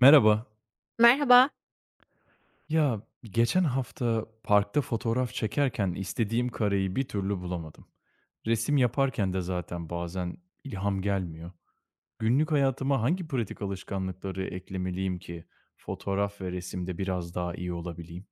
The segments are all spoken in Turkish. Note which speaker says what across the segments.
Speaker 1: Merhaba.
Speaker 2: Merhaba.
Speaker 1: Ya geçen hafta parkta fotoğraf çekerken istediğim kareyi bir türlü bulamadım. Resim yaparken de zaten bazen ilham gelmiyor. Günlük hayatıma hangi pratik alışkanlıkları eklemeliyim ki fotoğraf ve resimde biraz daha iyi olabileyim?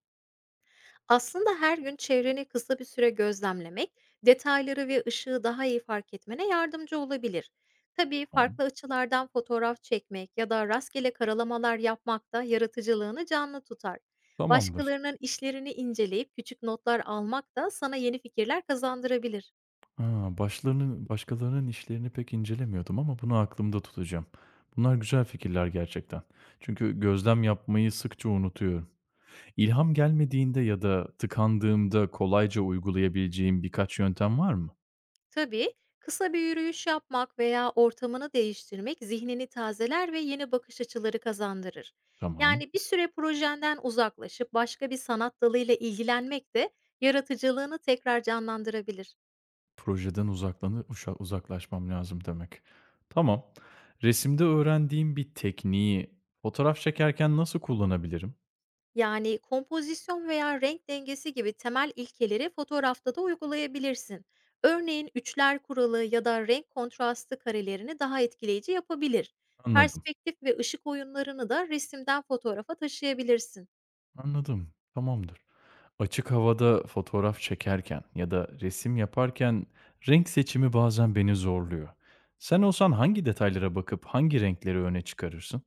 Speaker 2: Aslında her gün çevreni kısa bir süre gözlemlemek, detayları ve ışığı daha iyi fark etmene yardımcı olabilir. Tabii
Speaker 1: Tamam.
Speaker 2: farklı açılardan fotoğraf çekmek ya da rastgele karalamalar yapmak da yaratıcılığını canlı tutar.
Speaker 1: Tamamdır.
Speaker 2: Başkalarının işlerini inceleyip küçük notlar almak da sana yeni fikirler kazandırabilir.
Speaker 1: Ha, başkalarının işlerini pek incelemiyordum ama bunu aklımda tutacağım. Bunlar güzel fikirler gerçekten. Çünkü gözlem yapmayı sıkça unutuyorum. İlham gelmediğinde ya da tıkandığımda kolayca uygulayabileceğim birkaç yöntem var mı?
Speaker 2: Tabii kısa bir yürüyüş yapmak veya ortamını değiştirmek zihnini tazeler ve yeni bakış açıları kazandırır.
Speaker 1: Tamam.
Speaker 2: Yani bir süre projenden uzaklaşıp başka bir sanat dalıyla ilgilenmek de yaratıcılığını tekrar canlandırabilir.
Speaker 1: Projeden uzaklanı uşa Uzaklaşmam lazım demek. Tamam. Resimde öğrendiğim bir tekniği fotoğraf çekerken nasıl kullanabilirim?
Speaker 2: Yani kompozisyon veya renk dengesi gibi temel ilkeleri fotoğrafta da uygulayabilirsin. Örneğin üçler kuralı ya da renk kontrastı karelerini daha etkileyici yapabilir.
Speaker 1: Anladım.
Speaker 2: Perspektif ve ışık oyunlarını da resimden fotoğrafa taşıyabilirsin.
Speaker 1: Anladım. Tamamdır. Açık havada fotoğraf çekerken ya da resim yaparken renk seçimi bazen beni zorluyor. Sen olsan hangi detaylara bakıp hangi renkleri öne çıkarırsın?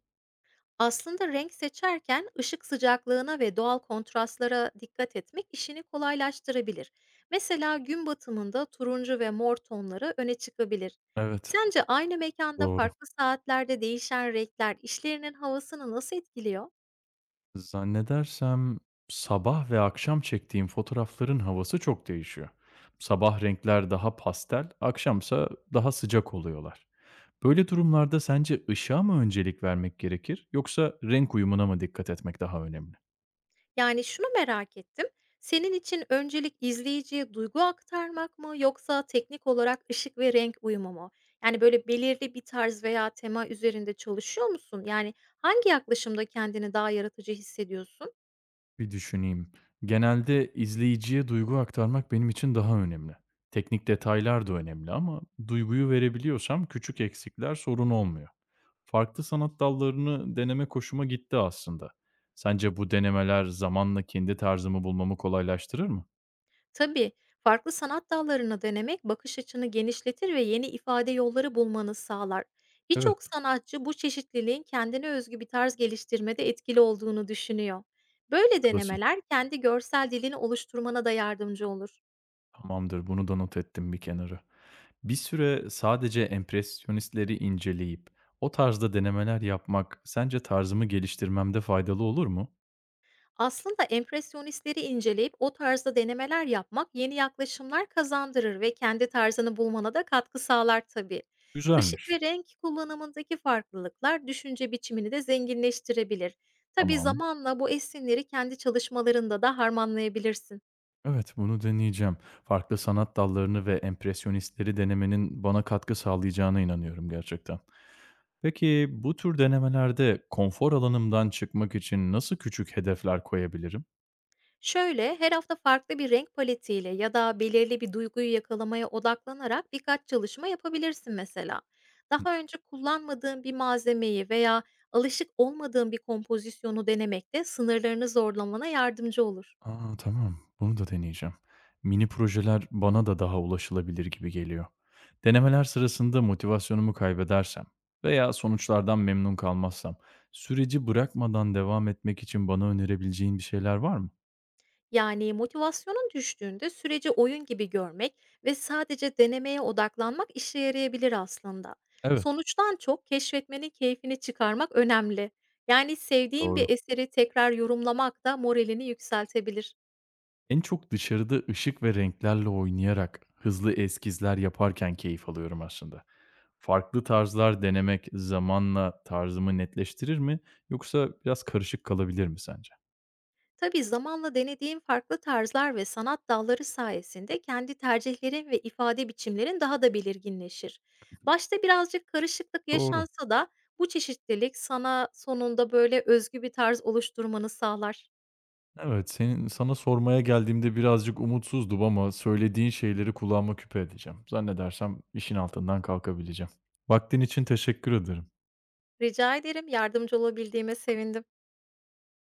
Speaker 2: Aslında renk seçerken ışık sıcaklığına ve doğal kontrastlara dikkat etmek işini kolaylaştırabilir. Mesela gün batımında turuncu ve mor tonları öne çıkabilir.
Speaker 1: Evet,
Speaker 2: Sence aynı mekanda
Speaker 1: doğru.
Speaker 2: farklı saatlerde değişen renkler işlerinin havasını nasıl etkiliyor?
Speaker 1: Zannedersem sabah ve akşam çektiğim fotoğrafların havası çok değişiyor. Sabah renkler daha pastel, akşamsa daha sıcak oluyorlar. Böyle durumlarda sence ışığa mı öncelik vermek gerekir yoksa renk uyumuna mı dikkat etmek daha önemli?
Speaker 2: Yani şunu merak ettim. Senin için öncelik izleyiciye duygu aktarmak mı yoksa teknik olarak ışık ve renk uyumu mu? Yani böyle belirli bir tarz veya tema üzerinde çalışıyor musun? Yani hangi yaklaşımda kendini daha yaratıcı hissediyorsun?
Speaker 1: Bir düşüneyim. Genelde izleyiciye duygu aktarmak benim için daha önemli. Teknik detaylar da önemli ama duyguyu verebiliyorsam küçük eksikler sorun olmuyor. Farklı sanat dallarını deneme hoşuma gitti aslında. Sence bu denemeler zamanla kendi tarzımı bulmamı kolaylaştırır mı?
Speaker 2: Tabii farklı sanat dallarını denemek bakış açını genişletir ve yeni ifade yolları bulmanı sağlar.
Speaker 1: Evet.
Speaker 2: Birçok sanatçı bu çeşitliliğin kendine özgü bir tarz geliştirmede etkili olduğunu düşünüyor. Böyle
Speaker 1: Haklısın.
Speaker 2: denemeler kendi görsel dilini oluşturmana da yardımcı olur.
Speaker 1: Tamamdır, bunu da not ettim bir kenara. Bir süre sadece empresyonistleri inceleyip o tarzda denemeler yapmak sence tarzımı geliştirmemde faydalı olur mu?
Speaker 2: Aslında empresyonistleri inceleyip o tarzda denemeler yapmak yeni yaklaşımlar kazandırır ve kendi tarzını bulmana da katkı sağlar tabii. Işık ve
Speaker 1: Güzelmiş.
Speaker 2: renk kullanımındaki farklılıklar düşünce biçimini de zenginleştirebilir. Tabii
Speaker 1: Tamam.
Speaker 2: zamanla bu esinleri kendi çalışmalarında da harmanlayabilirsin.
Speaker 1: Evet, bunu deneyeceğim. Farklı sanat dallarını ve empresyonistleri denemenin bana katkı sağlayacağına inanıyorum gerçekten. Peki bu tür denemelerde konfor alanımdan çıkmak için nasıl küçük hedefler koyabilirim?
Speaker 2: Şöyle, her hafta farklı bir renk paletiyle ya da belirli bir duyguyu yakalamaya odaklanarak birkaç çalışma yapabilirsin mesela.
Speaker 1: Hı.
Speaker 2: Daha önce kullanmadığın bir malzemeyi veya alışık olmadığın bir kompozisyonu denemek de sınırlarını zorlamana yardımcı olur.
Speaker 1: Aa, tamam, bunu da deneyeceğim. Mini projeler bana da daha ulaşılabilir gibi geliyor. Denemeler sırasında motivasyonumu kaybedersem veya sonuçlardan memnun kalmazsam süreci bırakmadan devam etmek için bana önerebileceğin bir şeyler var mı?
Speaker 2: Yani motivasyonun düştüğünde süreci oyun gibi görmek ve sadece denemeye odaklanmak işe yarayabilir aslında.
Speaker 1: Evet,
Speaker 2: Sonuçtan çok keşfetmenin keyfini çıkarmak önemli. Yani sevdiğin
Speaker 1: doğru.
Speaker 2: bir eseri tekrar yorumlamak da moralini yükseltebilir.
Speaker 1: En çok dışarıda ışık ve renklerle oynayarak hızlı eskizler yaparken keyif alıyorum aslında. Farklı tarzlar denemek zamanla tarzımı netleştirir mi yoksa biraz karışık kalabilir mi sence?
Speaker 2: Tabii zamanla denediğin farklı tarzlar ve sanat dalları sayesinde kendi tercihlerin ve ifade biçimlerin daha da belirginleşir. Başta birazcık karışıklık
Speaker 1: Doğru.
Speaker 2: yaşansa da bu çeşitlilik sana sonunda böyle özgü bir tarz oluşturmanı sağlar.
Speaker 1: Evet, sana sormaya geldiğimde birazcık umutsuzdum ama söylediğin şeyleri kulağıma küpe edeceğim. Zannedersem işin altından kalkabileceğim. Vaktin için teşekkür ederim.
Speaker 2: Rica ederim. Yardımcı olabildiğime sevindim.